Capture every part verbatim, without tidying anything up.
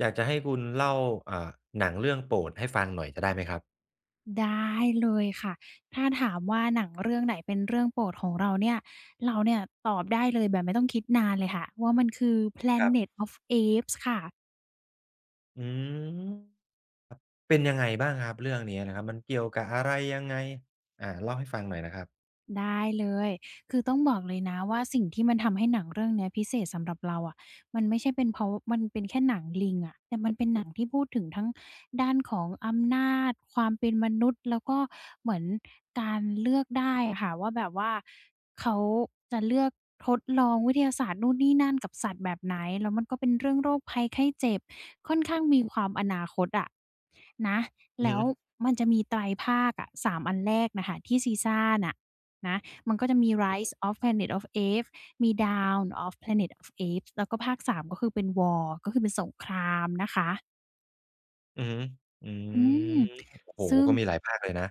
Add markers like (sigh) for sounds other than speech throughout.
อยากจะให้คุณเล่าอ่าหนังเรื่องโปรดให้ฟังหน่อยจะได้ไหมครับได้เลยค่ะ ถ้าถามว่าหนังเรื่องไหนเป็นเรื่องโปรดของเราเนี่ย เราเนี่ยตอบได้เลยแบบไม่ต้องคิดนานเลยค่ะว่ามันคือ ครั Planet บ of Apes ค่ะ อืมเป็นยังไงบ้างครับเรื่องนี้นะครับมันเกี่ยวกับอะไรยังไงอ่าเล่าให้ฟังหน่อยนะครับได้เลย คือต้องบอกเลยนะว่าสิ่งที่มันทำให้หนังเรื่องเนี้ยพิเศษสำหรับเราอะมันไม่ใช่เป็นเพราะมันเป็นแค่หนังลิงอะแต่มันเป็นหนังที่พูดถึงทั้งด้านของอำนาจ ความเป็นมนุษย์แล้วก็เหมือนการเลือกได้อะค่ะว่าแบบว่าเขาจะเลือกทดลองวิทยาศาสตร์นู่นนี่นั่นกับสัตว์แบบไหนแล้วมันก็เป็นเรื่องโรคภัยไข้เจ็บค่อนข้างมีความอนาคตอะนะอือแล้ฮึวมันจะมีไตรภาคอะสามอันแรกน่ะค่ะที่ซีซ่าน่ะ นะมันก็จะมี Rise of Planet of Apes มี Dawn of Planet of Apes แล้วก็ภาคสามก็คือเป็น War ก็คือเป็นสงครามนะคะอือฮึอือืมมโอ้โฮซึ่ง ก็มีหลายภาคเลยนะ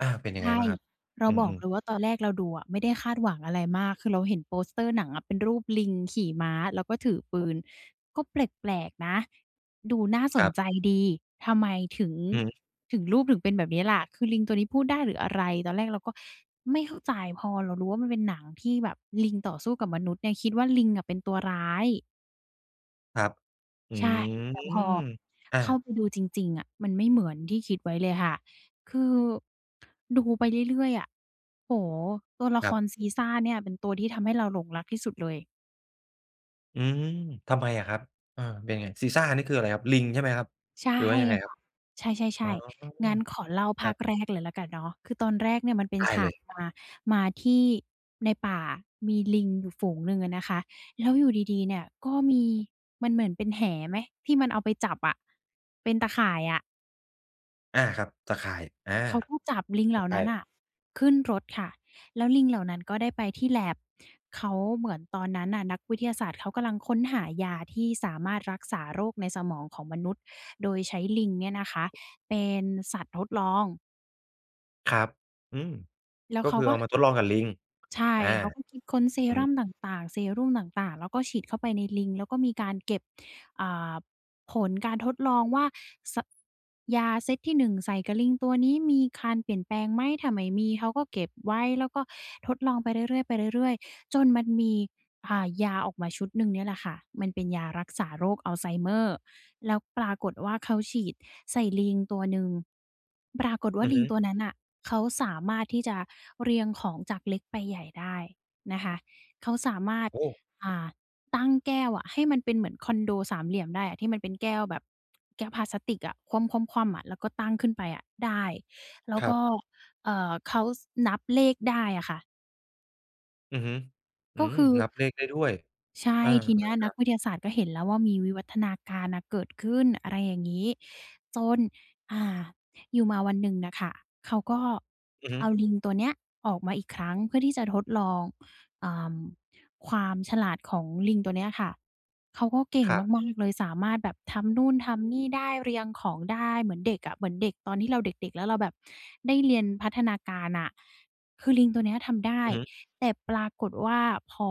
อาเป็นยังไงใช่ บ้างครับเราอืบอกมเลยว่าตอนแรกเราดูอะไม่ได้คาดหวังอะไรมากคือเราเห็นโปสเตอร์หนังอะเป็นรูปลิงขี่ม้าแล้วก็ถือปืนก็แปลกๆนะดูน่าสๆคนรับใจดีทำไมถึงอือฮึถึงรูปถึงเป็นแบบนี้ล่ะคือลิงตัวนี้พูดได้หรืออะไรตอนแรกเราก็ไม่เข้าใจพอเรารู้ว่ามันเป็นหนังที่แบบลิงต่อสู้กับมนุษย์เนี่ยคิดว่าลิงอะเป็นตัวร้าย ครับอืใช่แต่พอมเข้าอาไปดูจริงๆอะมันไม่เหมือนที่คิดไว้เลยค่ะคือดูไปเรื่อยๆอะโอ้โฮตัวละคครับรซี e ่ a เนี่ยเป็นตัวที่ทำให้เราหลงรักที่สุดเลยอืมทำไมอะครับเออเป็นไงซีซ่านี่คืออะไรครับลิงใช่ไหมครับใช่หรือว่ายังไงครับค่ะใอ๋อช่ๆๆงั้นขอเล่าคภารัคบแรกเลยแล้วกันเนาะคือตอนแรกเนี่ยมันเป็นได้ฉาเลกยมามาที่ในป่ามีลิงอยู่ฝูงหนึ่งอะนะคะแล้วอยู่ดีๆเนี่ยก็มีมันเหมือนเป็นแหไหมที่มันเอาไปจับอะเป็นตะข่ายอะ อาครับตะข่ายอา เขาก็จับลิงเหตะล่าไคร้นั้นน่ะขึ้นรถค่ะแล้วลิงเหล่านั้นก็ได้ไปที่ lab เขาเหมือนตอนนั้นน่ะนักวิทยาศาสตร์เขากำลังค้นหายาที่สามารถรักษาโรคในสมองของมนุษย์โดยใช้ลิงเนี่ยนะคะเป็นสัตว์ทดลองครับอืมแล้วก็เขาคือก็ เอามาทดลองกับลิงใช่ อาเขาก็คิดค้นเซอือฮึรั่มต่างๆเซรุ่มต่างๆ แล้วก็ฉีดเข้าไปในลิง แล้วก็มีการเก็บอ่าผลการทดลองว่าสยาเซตที่หนึ่งใส่กับลิงตัวนี้มีการเปลี่ยนแปลงไหมถ้าไม่มี เขาก็เก็บไว้แล้วก็ทดลองไปเรื่อยๆไปเรื่อยๆจนมันมีอ่ายาออกมาชุดหนึ่งเนี่ยแหละค่ะ มันเป็นยารักษาโรคอัลไซเมอร์แล้วปรากฏว่าเขาฉีดใส่ลิงตัวหนึ่ง ปรากฏว่าอือลิงฮึตัวนั้นน่ะ เขาสามารถที่จะเรียงของจากเล็กไปใหญ่ได้นะคะเขาสามารถโอ้อ่าตั้งแก้วอะให้มันเป็นเหมือนคอนโดสามเหลี่ยมได้อะที่มันเป็นแก้วแบบแก้วพลาสติกอะคว่ำๆๆอะแล้วก็ตั้งขึ้นไปอะได้แล้วครัก็บเอ่อเขาสนับเลขได้อะค่ะอือฮึอืก็มคือ นับเลขได้ด้วยใช่อาทีเนี้ยๆคนัรักบวิทยาศาสตร์ก็เห็นแล้วว่ามีวิวัฒนาการน่ะเกิดขึ้นอะไรอย่างงี้จนอ่าอยู่มาวันหนึ่งน่ะค่ะเขาก็อือฮึเอาลิงตัวเนี้ยออกมาอีกครั้งเพื่อที่จะทดลองอ่าความฉลาดของลิงตัวเนี้ยค่ะเขาก็เก่งครับมากๆเลยสามารถแบบทำนู่นทำนี่ได้เรียงของได้เหมือนเด็กอะเหมือนเด็กตอนที่เราเด็กๆแล้วเราแบบได้เรียนพัฒนาการน่ะคือลิงตัวเนี้ยทำได้ อือฮึแต่ปรากฏว่าพอ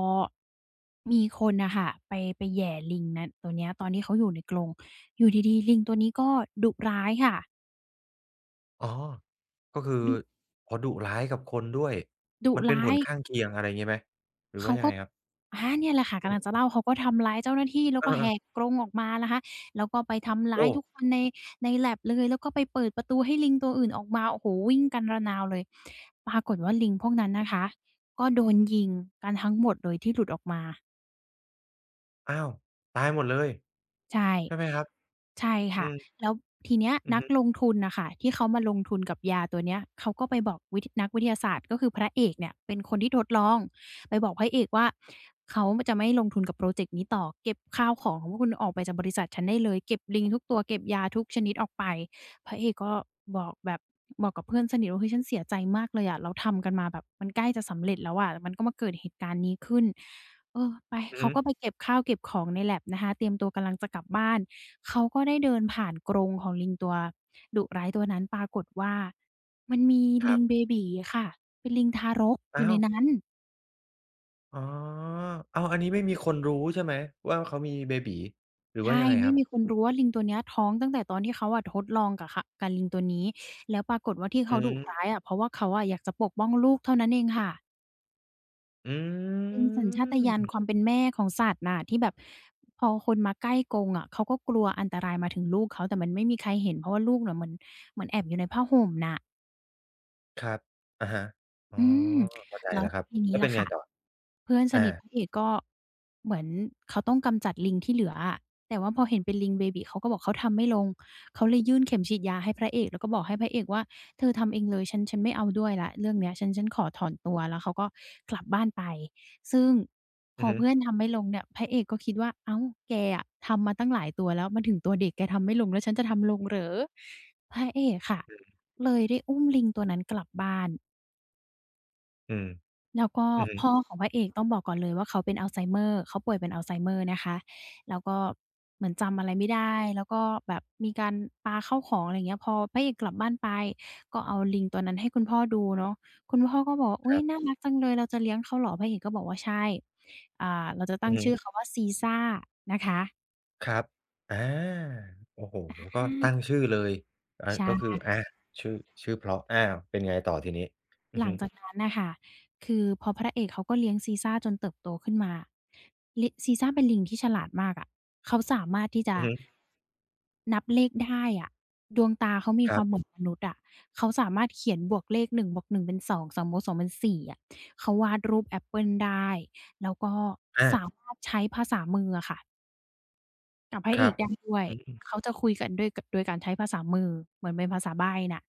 มีคนน่ะค่ะไปไปแหย่ลิงนั้นตัวเนี้ยตอนที่เขาอยู่ในกรงอยู่ดีๆลิงตัวนี้ก็ดุร้ายค่ะอ๋อก็คือดุอ๋อดุร้ายกับคนด้วยดุมันเป็นร้าผยลข้างเคียงอะไรงี้ไหมหรือเขาว่ายังก็ไงครับอาเนี่ยแหละค่ะกำลังจะอืมเล่าเขาก็ทำร้ายเจ้าหน้าที่แล้วเอก็แหอกๆกรงออกมานะคะแล้วก็ไปทำร้าโอ้ยทุกคนในใน lab เลยแล้วก็ไปเปิดประตูให้ลิงตัวอื่นออกมาโอ้โฮวิ่งกันระนาวเลยปรากฏว่าลิงพวกนั้นนะคะก็โดนยิงกันทั้งหมดเลยที่หลุดออกมาอ้าวตายหมดเลยใช่ ใช่ไหมครับใช่อืค่ะมแล้วทีเนี้ยอือนักฮึลงทุนน่ะค่ะที่เขามาลงทุนกับยาตัวเนี้ยเขาก็ไปบอกวิทนักวิทยาศาสตร์ก็คือพระเอกเนี่ยเป็นคนที่ทดลองไปบอกพระเอกว่าเขาจะไม่ลงทุนกับพรอเจกต์นี้ต่อเก็บข้าวของของพวกคุณออกไปจากบริษัทฉันได้เลยเก็บลิงทุกตัวเก็บยาทุกชนิดออกไปพระเอกก็บอกแบบบอกกับเพื่อนสนิทว่าเฮ้ยฉันเสียใจมากเลยอะเราทำกันมาแบบมันใกล้จะสำเร็จแล้วอะมันก็มาเกิดเหตุการณ์นี้ขึ้นเออไปอือเขาฮึก็ไปเก็บข้าวเก็บของใน lab นะคะเตรียมตัวกำลังจะกลับบ้าน เขาก็ได้เดินผ่านกรงของลิงตัวดุร้ายตัวนั้นปรากฏว่ามันมีคลิรับง b บ b y ค่ะเป็นลิงทารกอยู่อ้าในวนั้นอ๋ออ้าวอันนี้ไม่มีคนรู้ใช่ไหมว่าเขามีเบบี๋หรือว่าใช่ยังไงคไม่รับมีคนรู้ว่าลิงตัวเนี้ยท้องตั้งแต่ตอนที่เขาอะทดลองกับขกับลิงตัวนี้แล้วปรากฏว่าที่อืเขาดุร้าม ยอะเพราะว่าเขาอะอยากจะปกป้องลูกเท่านั้นเองค่ะอืเป็นสัญชาตญาณมความเป็นแม่ของสัตว์น่ะที่แบบพอคนมาใกล้กรงอะเขาก็กลัวอันตรายมาถึงลูกเขาแต่มันไม่มีใครเห็นเพราะว่าลูกน่ะเหมือนเหมือนแอบอยู่ในผ้าห่มน่ะครับอะฮะอ๋ออืมเข้าใจแล้วแล้วครับทีนี้แล้วเป็ล่ะนไงค่ะ ต่อเพื่อนสอานิทพระเอกก็เหมือนเขาต้องกำจัดลิงที่เหลืออะแต่ว่าพอเห็นเป็นลิงเบบีเขาก็บอกเขาทำไม่ลงเขาเลยยื่นเข็มฉีดยาให้พระเอกแล้วก็บอกให้พระเอกว่าเธอทำเองเลยฉันฉันไม่เอาด้วยแล้วเรื่องเนี้ยฉันฉันขอถอนตัวแล้วเขาก็กลับบ้านไปซึ่งพอืออฮึเพื่อนทำไม่ลงเนี่ยพระเอกก็คิดว่าอ้าวแกอะทำมาตั้งหลายตัวแล้วมาถึงตัวเด็กแกทำไม่ลงแล้วฉันจะทำลงเหรอพระเอกค่ะเลยได้อุ้มลิงตัวนั้นกลับบ้าน อืมแล้วก็อือฮึพ่อของพระเอกต้องบอกก่อนเลยว่าเขาเป็นอัลไซเมอร์เขาป่วยเป็นอัลไซเมอร์นะคะแล้วก็เหมือนจำอะไรไม่ได้แล้วก็แบบมีการปาข้าวของอะไรอย่างเงี้ยพอพระเอกกลับบ้านไปก็เอาลิงตัวนั้นให้คุณพ่อดูเนาะคุณพ่อก็บอกว่าคอุ๊ยรัน่าบรักจังเลยเราจะเลี้ยงเขาเหรอพระเอกก็บอกว่าใช่อ่าเราจะตั้อืงอฮึชื่อเขาว่าซีซ่านะคะครับอาโอ้โฮอก็ตั้งาชื่อเลยอาก็ใช่ คืออาชื่อชื่อเพราะอาเป็นไงต่อทีนี้อือหลัฮึงจากนั้นน่ะค่ะคือพอพระเอกเขาก็เลี้ยงซีซ่าจนเติบโตขึ้นมาลิซีซ่าเป็นลิงที่ฉลาดมากอะเขาสามารถที่จะอือฮึนับเลขได้อะดวงตาเขามีคครัวามเหมืบอนมนุษย์อะเขาสามารถเขียนบวกเลขหนึ่งบวกหนึ่งเป็นสองงสองบวกสองเป็นสี่อะเขาวาดรูปแอปเปิลได้ แล้วก็อาสามารถใช้ภาษามืออะค่ะกับพระคเอรักบได้ด้วย อืมเขาจะคุยกันด้วยกโดยการใช้ภาษามือเหมือนเป็นภาษาใบ้น่ะ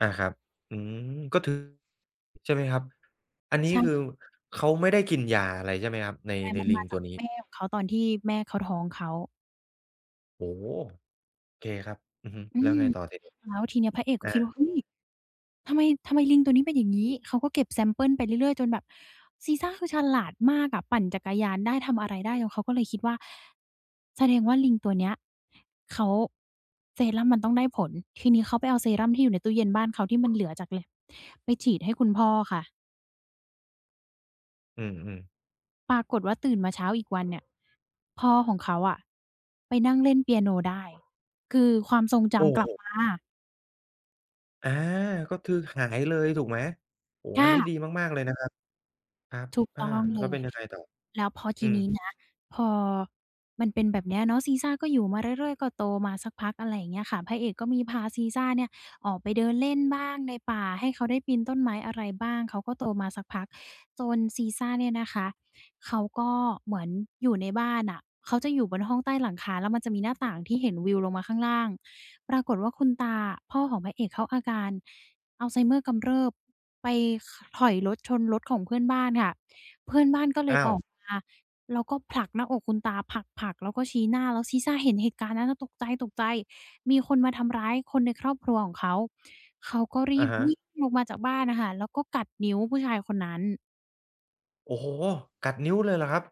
อาครับอืมก็ถือใช่ไหมครับอันนี้คือใช่ เขาไม่ได้กินยาอะไรใช่ไหมครับในช่ในมันลิมางจาตักวนี้แม่ของเขาตอนที่แม่เขาท้องเขาโอ้โฮโอเคครับอือฮึอืแล้วมไงต่อทีนี้ แล้วทีเนี้ยพระเอกก็อาคิดว่าเฮ้ยทำไมทำไมลิงตัวนี้เป็นอย่างงี้ เขาก็เก็บแซมเปิลไปเรื่อยๆจนแบบซีซ่าคือฉลาดมากอะปั่นจักรยานได้ทำอะไรได้แล้วเขาก็เลยคิดว่าแสดงว่าลิงตัวเนี้ยเขาเซรั่มมันต้องได้ผล ทีนี้เขาไปเอาเซรั่มที่อยู่ในตู้เย็นบ้านเขาที่มันเหลือจาก lab ไปฉีดให้คุณพ่อค่ะ อืมๆปรากฏว่าตื่นมาเช้าอีกวันเนี่ยพ่อของเขาอะไปนั่งเล่นเปียโนได้คือความทรงโอ้จำกโฮลับมาอาก็คือหายเลยถูกไหมโอ้โฮอันนี้ดีค่ะ มากๆเลยนะครับครับถูกอาต้องเลแล้วเป็ยนยังไงต่อแล้วพออืทีมนี้นะพอมันเป็นแบบเนี้ยเนาะซีซ่าก็อยู่มาเรื่อยๆก็โตมาสักพักอะไรอย่างเงี้ยค่ะพระเอกก็มีพาซีซ่าเนี่ยออกไปเดินเล่นบ้างในป่าให้เขาได้ปีนต้นไม้อะไรบ้างเขาก็โตมาสักพักจนซีซ่าเนี่ยนะคะเขาก็เหมือนอยู่ในบ้านน่ะเขาจะอยู่บนห้องใต้หลังคาแล้วมันจะมีหน้าต่างที่เห็นวิวลงมาข้างล่างปรากฏว่าคุณตาพ่อของพระเอกเขาอาการอัลไซเมอร์กำเริบไปขถอยรถชนรถของเพื่อนบ้านค่ะ เพื่อนบ้านก็เลยอ้าอวอกมาแล้วก็ผลักหน้าอกคุณตาผลักๆแล้วก็ชี้หน้าแล้วซีซ่าเห็นเหตุการณ์นั้นน่ะตกใจๆมีคนมาทำร้ายคนในครอบครัวของเขาเขาก็รีอะบฮะวิ่งลงมาจากบ้านน่ะค่ะแล้วก็กัดนิ้วผู้ชายคนนั้นโอ้โฮกัดนิ้วเลยเหรอครับ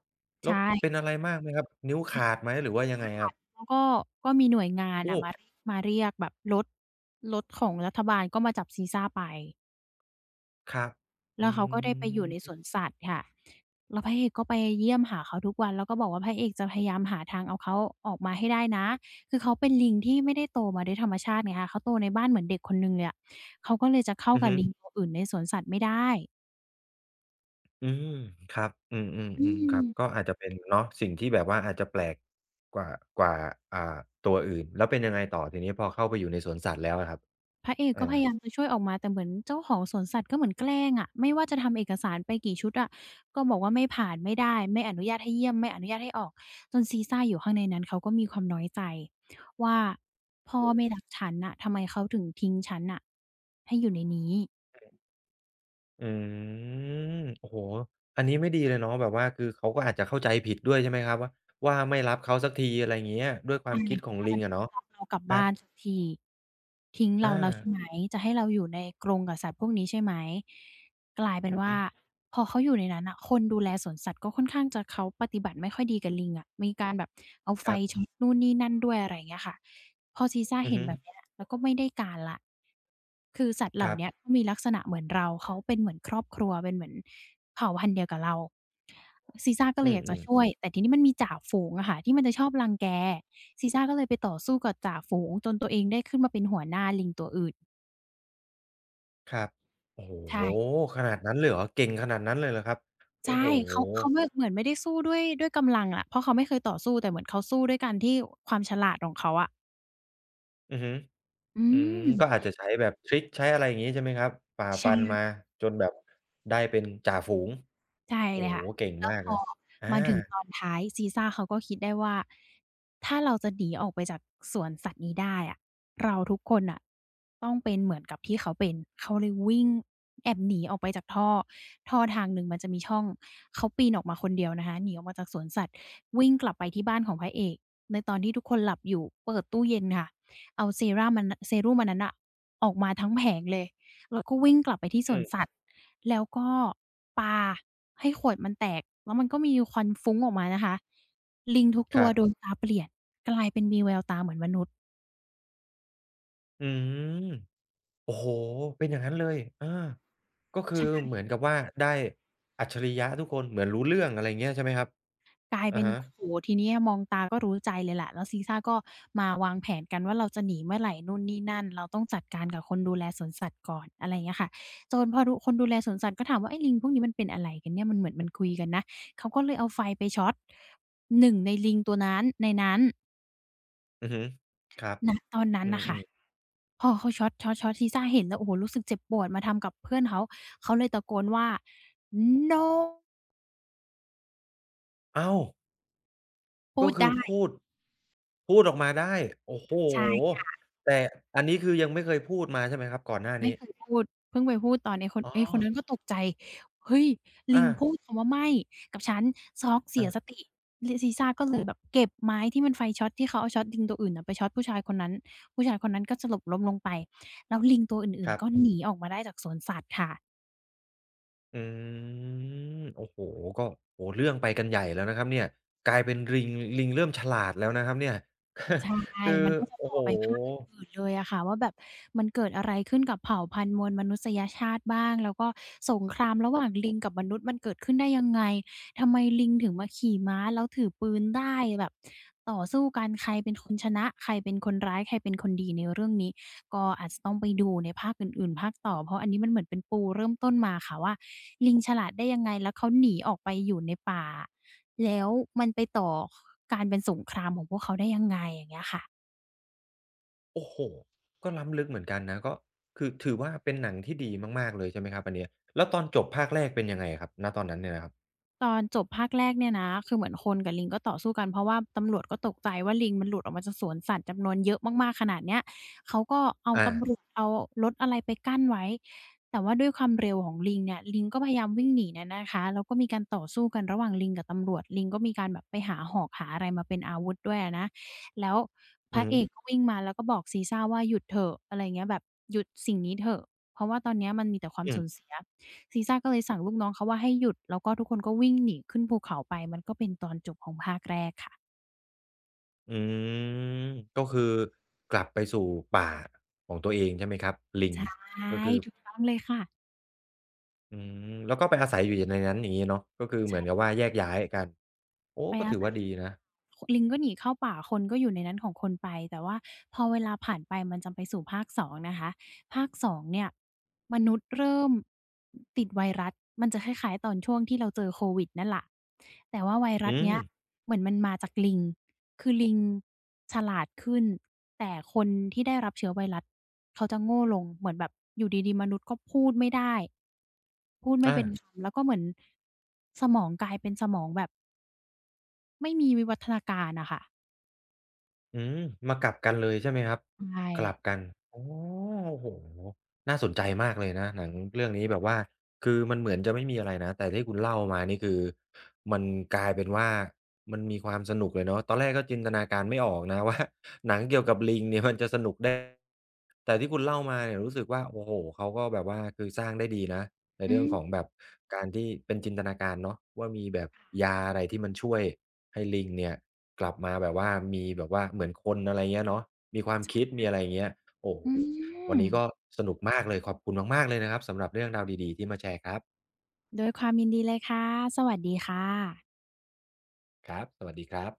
แล้วใช่เป็นอะไรมากไหมครับ นิ้วขาดไหมหรือนิ้ว่าวยัขงไงคารัดบ แล้วก็ก็มีหน่วยงานโอ้น่ะมามาเรียกแบบรถรถของรัฐบาลก็มาจับซีซ่าไป ครับอืแล้วเขาก็ได้ไปอยู่ในสมวนสัตว์ค่ะแล้วพระเอกก็ไปเยี่ยมหาเขาทุกวัน แล้วก็บอกว่าพระเอกจะพยายามหาทางเอาเขาออกมาให้ได้นะ คือเขาเป็นลิงที่ไม่ได้โตมาด้วยธรรมชาติไงคะเขาโตในบ้านเหมือนเด็กคนหนึ่งเลยอะเขาก็เลยจะเข้าอือกับฮึลิงตัวอื่นในสวนสัตว์ไม่ได้อืมครับอือืมๆๆคม รับ ก็อาจจะเป็นเนาะสิ่งที่แบบว่าอาจจะแปลกกว่ากว่าอ่าตัวอื่น แล้วเป็นยังไงต่อทีนี้พอเข้าไปอยู่ในสวนสัตว์แล้วอะครับพระเอกอา ก็พยายามจะช่วยออกมาแต่เหมือนเจ้าของสวนสัตว์ก็เหมือนแกล้งอะไม่ว่าจะทำเอกสารไปกี่ชุดอะก็บอกว่าไม่ผ่านไม่ได้ไม่อนุญาตให้เยี่ยมไม่อนุญาตให้ออกจนซีซ่าอยู่ข้างในนั้นเขาก็มีความน้อยใจว่าพ่อไม่รักฉันน่ะทำไมเขาถึงทิ้งฉันน่ะให้อยู่ในนี้ อืมโอ้โฮอันนี้ไม่ดีเลยเนาะแบบว่าคือเขาก็อาจจะเข้าใจผิดด้วยใช่ไหมครับว่าว่าไม่รับเขาสักทีอะไรอย่างเงี้ยด้วยควาใช่มคิดของทำลิไมงอะไม่เนาะรับเรากลับครับ้านสักบทีทิ้งเราแล้วอาใช่ไหมจะให้เราอยู่ในกรงกับสัตว์พวกนี้ใช่ไหมกลายเป็นอือว่าฮึพอเขาอยู่ในนั้นน่ะคนดูแลสวนสัตว์ก็ค่อนข้างจะเขาปฏิบัติไม่ค่อยดีกับลิงอะมีการแบบเอาไฟครัช็บอตนู่นนี่นั่นด้วยอะไรอย่างเงี้ยค่ะพอซีซ่าอือเห็นฮึแบบเนี้ยแล้วก็ไม่ได้การแล้วคือสัตว์เหคล่ารับเนี้ยก็มีลักษณะเหมือนเราเขาเป็นเหมือนครอบครัวเป็นเหมือนเผ่าพันธุ์เดียวกับเราซีซ่าก็เลอืยอยากจะมช่วๆยแต่ทีนี้มันมีจ่าฝูงอะค่ะที่มันจะชอบรังแก ซีซ่าก็เลยไปต่อสู้กับจ่าฝูงจนตัวเองได้ขึ้นมาเป็นหัวหน้าลิงตัวอื่นครับโอ้โฮใช่ขนาดนั้นเลยเหรอเก่งขนาดนั้นเลยเหรอครับโอ้ใช่โฮเขาเขาไม่เหมือนไม่ได้สู้ด้วยด้วยกำลังอะเพราะเขาไม่เคยต่อสู้แต่เหมือนเขาสู้ด้วยการที่ความฉลาดของเขาอะอือฮึอือืมมก็อาจจะใช้แบบทริกใช้อะไรอย่างงี้ใช่ไหมครับฝ่าใช่ ฟันมาจนแบบได้เป็นจ่าฝูงใช่โอ้เลยโฮค่ะเก่งแล้วมากพเลอยอามาถึงตอนท้ายซีซ่าเขาก็คิดได้ว่าถ้าเราจะหนีออกไปจากสวนสัตว์นี้ได้อะเราทุกคนน่ะต้องเป็นเหมือนกับที่เขาเป็นเขาเลยวิ่งแอบหนีออกไปจากท่อท่อทางหนึ่งมันจะมีช่องเขาปีนออกมาคนเดียวนะคะหนีออกมาจากสวนสัตว์วิ่งกลับไปที่บ้านของพระเอกในตอนที่ทุกคนหลับอยู่เปิดตู้เย็นค่ะเอาเซรั่มมันเซรุ่มอันนั้นน่ะออกมาทั้งแผงเลย เราก็วิ่งกลับไปที่สอืวนมสัตว์แล้วก็ปาให้ขวดมันแตกแล้วมันก็มีควันฟุ้งออกมานะคะลิงทุกคตัวรัโดนบตาเปลี่ยนอืม โอ้โฮเป็นอย่างนั้นเลยอาก็คือใช่เหมือนกับว่าได้อัจฉริยะทุกคน เหมือนรู้เรื่องอะไรอย่างเงี้ยใช่ไหมครับกลายอะเป็นฮะโอ้โฮทีเนี้ยมองตาก็รู้ใจเลยแหละแล้วซีซ่าก็มาวางแผนกันว่าเราจะหนีเมื่อไหร่นู่นนี่นั่นเราต้องจัดการกับคนดูแลสวนสัตว์ก่อนอะไรอย่างเงี้ยค่ะจนพอดูคนดูแลสวนสัตว์ก็ถามว่าไอ้ลิงพวกนี้มันเป็นอะไรกันเนี่ยมันเหมือนมันคุยกันนะเขาก็เลยเอาไฟไปช็อตหนึ่งในลิงตัวนั้นในนั้นอือฮึครับณตอนนั้อืนน่ะค่ะ มๆพอเขาช็อตช็อตช็อตซีซ่าเห็นแล้วโอ้โฮรู้สึกเจ็บปวดมาทำกับเพื่อนเขาเขาเลยตะโกนว่า "No" อ้าวพูก็ดคือพูได้ด พูดออกมาได้โอ้โฮใช่แต่อันนี้คือยังไม่เคยพูดมาใช่ไหมครับก่อนหน้าไม่นี้เคยพูดเพิ่งไปพูดตอนไอ้คนอ๋อไอ้คนนั้นก็ตกใจเฮ้ยลิอางพูดคำว่าไม่กับฉันช็อกเสีอายสติลิซีซ่าก็เลยแบบเก็บไม้ที่มันไฟช็อตที่เขาเอาช็อตลิงตัวอื่นน่ะไปช็อตผู้ชายคนนั้นผู้ชายคนนั้นก็สลบล้มลงไปแล้วลิงตัวอื่คนรัๆก็บหนีออกมาได้จากสวนสัตว์ค่ะ อืมโอ้โฮก็โอ้โฮเรื่องไปกันใหญ่แล้วนะครับเนี่ยกลายเป็นลิงลิงเริ่มฉลาดแล้วนะครับเนี่ย (laughs) ช่คือมันก็จะโอ้ต่อโฮ ไปภาคอื่นๆเลยอะค่ะว่าแบบมันเกิดอะไรขึ้นกับเผ่าพันธุ์มวลมนุษยชาติบ้างแล้วก็สงครามระหว่างลิงกับมนุษย์มันเกิดขึ้นได้ยังไงทำไมลิงถึงมาขี่ม้าแล้วถือปืนได้แบบต่อสู้กันใครเป็นคนชนะใครเป็นคนร้ายใครเป็นคนดีในเรื่องนี้ก็อาจจะต้องไปดูในภาคอื่นๆภาคต่อเพราะอันนี้มันเหมือนเป็นปูเริ่มต้นมาค่ะว่าลิงฉลาดได้ยังไงแล้วเขาหนีออกไปอยู่ในป่าแล้วมันไปต่อการเป็นสงครามของพวกเขาได้ยังไงอย่างเงี้ยค่ะ โอ้โฮก็ล้ำลึกเหมือนกันนะก็คือถือว่าเป็นหนังที่ดีมากๆเลยใช่ไหมครับอันเนี้ยแล้วตอนจบภาคแรกเป็นยังไงอะครับณตอนนั้นเนี่ยนะครับตอนจบภาคแรกเนี่ยนะคือเหมือนคนกับลิงก็ต่อสู้กันเพราะว่าตำรวจก็ตกใจว่าลิงมันหลุดออกมาจากสวนสัตว์จำนวนเยอะมากๆขนาดเนี้ยเขาก็เอาอาตำรวจเอารถอะไรไปกั้นไว้แต่ว่าด้วยความเร็วของลิงเนี่ยลิงก็พยายามวิ่งหนีเนี่ยนะคะแล้วก็มีการต่อสู้กันระหว่างลิงกับตำรวจลิงก็มีการแบบไปหาหอกหาอะไรมาเป็นอาวุธด้วยอะนะ แล้วพอือระฮึเอกก็วิ่งมาแล้วก็บอกซีซ่าว่าหยุดเถอะอะไรเงี้ยแบบหยุดสิ่งนี้เถอะเพราะว่าตอนเนี้ยมันมีแต่ความอืสูมญเสียซีซ่าก็เลยสั่งลูกน้องเขาว่าให้หยุดแล้วก็ทุกคนก็วิ่งหนีขึ้นภูเขาไปมันก็เป็นตอนจบของภาคแรกค่ะอืมก็คือกลับไปสู่ป่าของตัวเองใช่ไหมครับลิงใช่ก็คือถูกต้องเลยค่ะอืมแล้วก็ไปอาศัยอยู่ในนั้นอย่างงี้เนาะก็คือเหมือนกับใช่ ว่าแยกย้ายกันโอ้ไปก็อาถือศัว่ายอดียู่ในนะลิงก็หนีเข้าป่าคนก็อยู่ในนั้นของคนไปแต่ว่าพอเวลาผ่านไปมันจะไปสู่ภาคสองนะคะภาคสองเนี่ยมนุษย์เริ่มติดไวรัสมันจะคล้ายๆตอนช่วงที่เราเจอโควิดนั่นแหละแต่ว่าไวรัสอืมเนี้ยเหมือนมันมาจากลิงคือลิงฉลาดขึ้นแต่คนที่ได้รับเชื้อไวรัสเขาจะโง่ลงเหมือนแบบอยู่ดีๆมนุษย์ก็พูดไม่ได้พูดไม่อา เป็นคำแล้วก็เหมือนสมองกลายเป็นสมองแบบ ไม่มีวิวัฒนาการอะค่ะอืมมากลับกันเลยใช่ไหมครับใช่กลับกันอ๋อโอ้โฮน่าสนใจมากเลยนะหนังเรื่องนี้แบบว่าคือมันเหมือนจะไม่มีอะไรนะแต่ที่คุณเล่ามานี่คือมันกลายเป็นว่ามันมีความสนุกเลยเนาะตอนแรกก็จินตนาการไม่ออกนะ (laughs) ว่าหนังเกี่ยวกับลิงเนี่ยมันจะสนุกได้แต่ที่คุณเล่ามาเนี่ยรู้สึกว่าโอ้โฮเขาก็แบบว่าคือสร้างได้ดีนะ ในอืเรื่อมงของแบบการที่เป็นจินตนาการเนาะว่ามีแบบยาอะไรที่มันช่วยให้ลิงเนี่ยกลับมาแบบว่ามีแบบว่าเหมือนคนอะไรเงี้ยเนาะมีความคิดมีอะไรอย่างเงี้ยโอ้โฮอืวันมนี้ก็สนุกมากเลยขอบคุณมากๆเลยนะครับสำหรับเรื่องราวดีๆที่มาแชร์ครับด้วยความยินดีเลยค่ะ สวัสดีค่ะครับสวัสดีครับ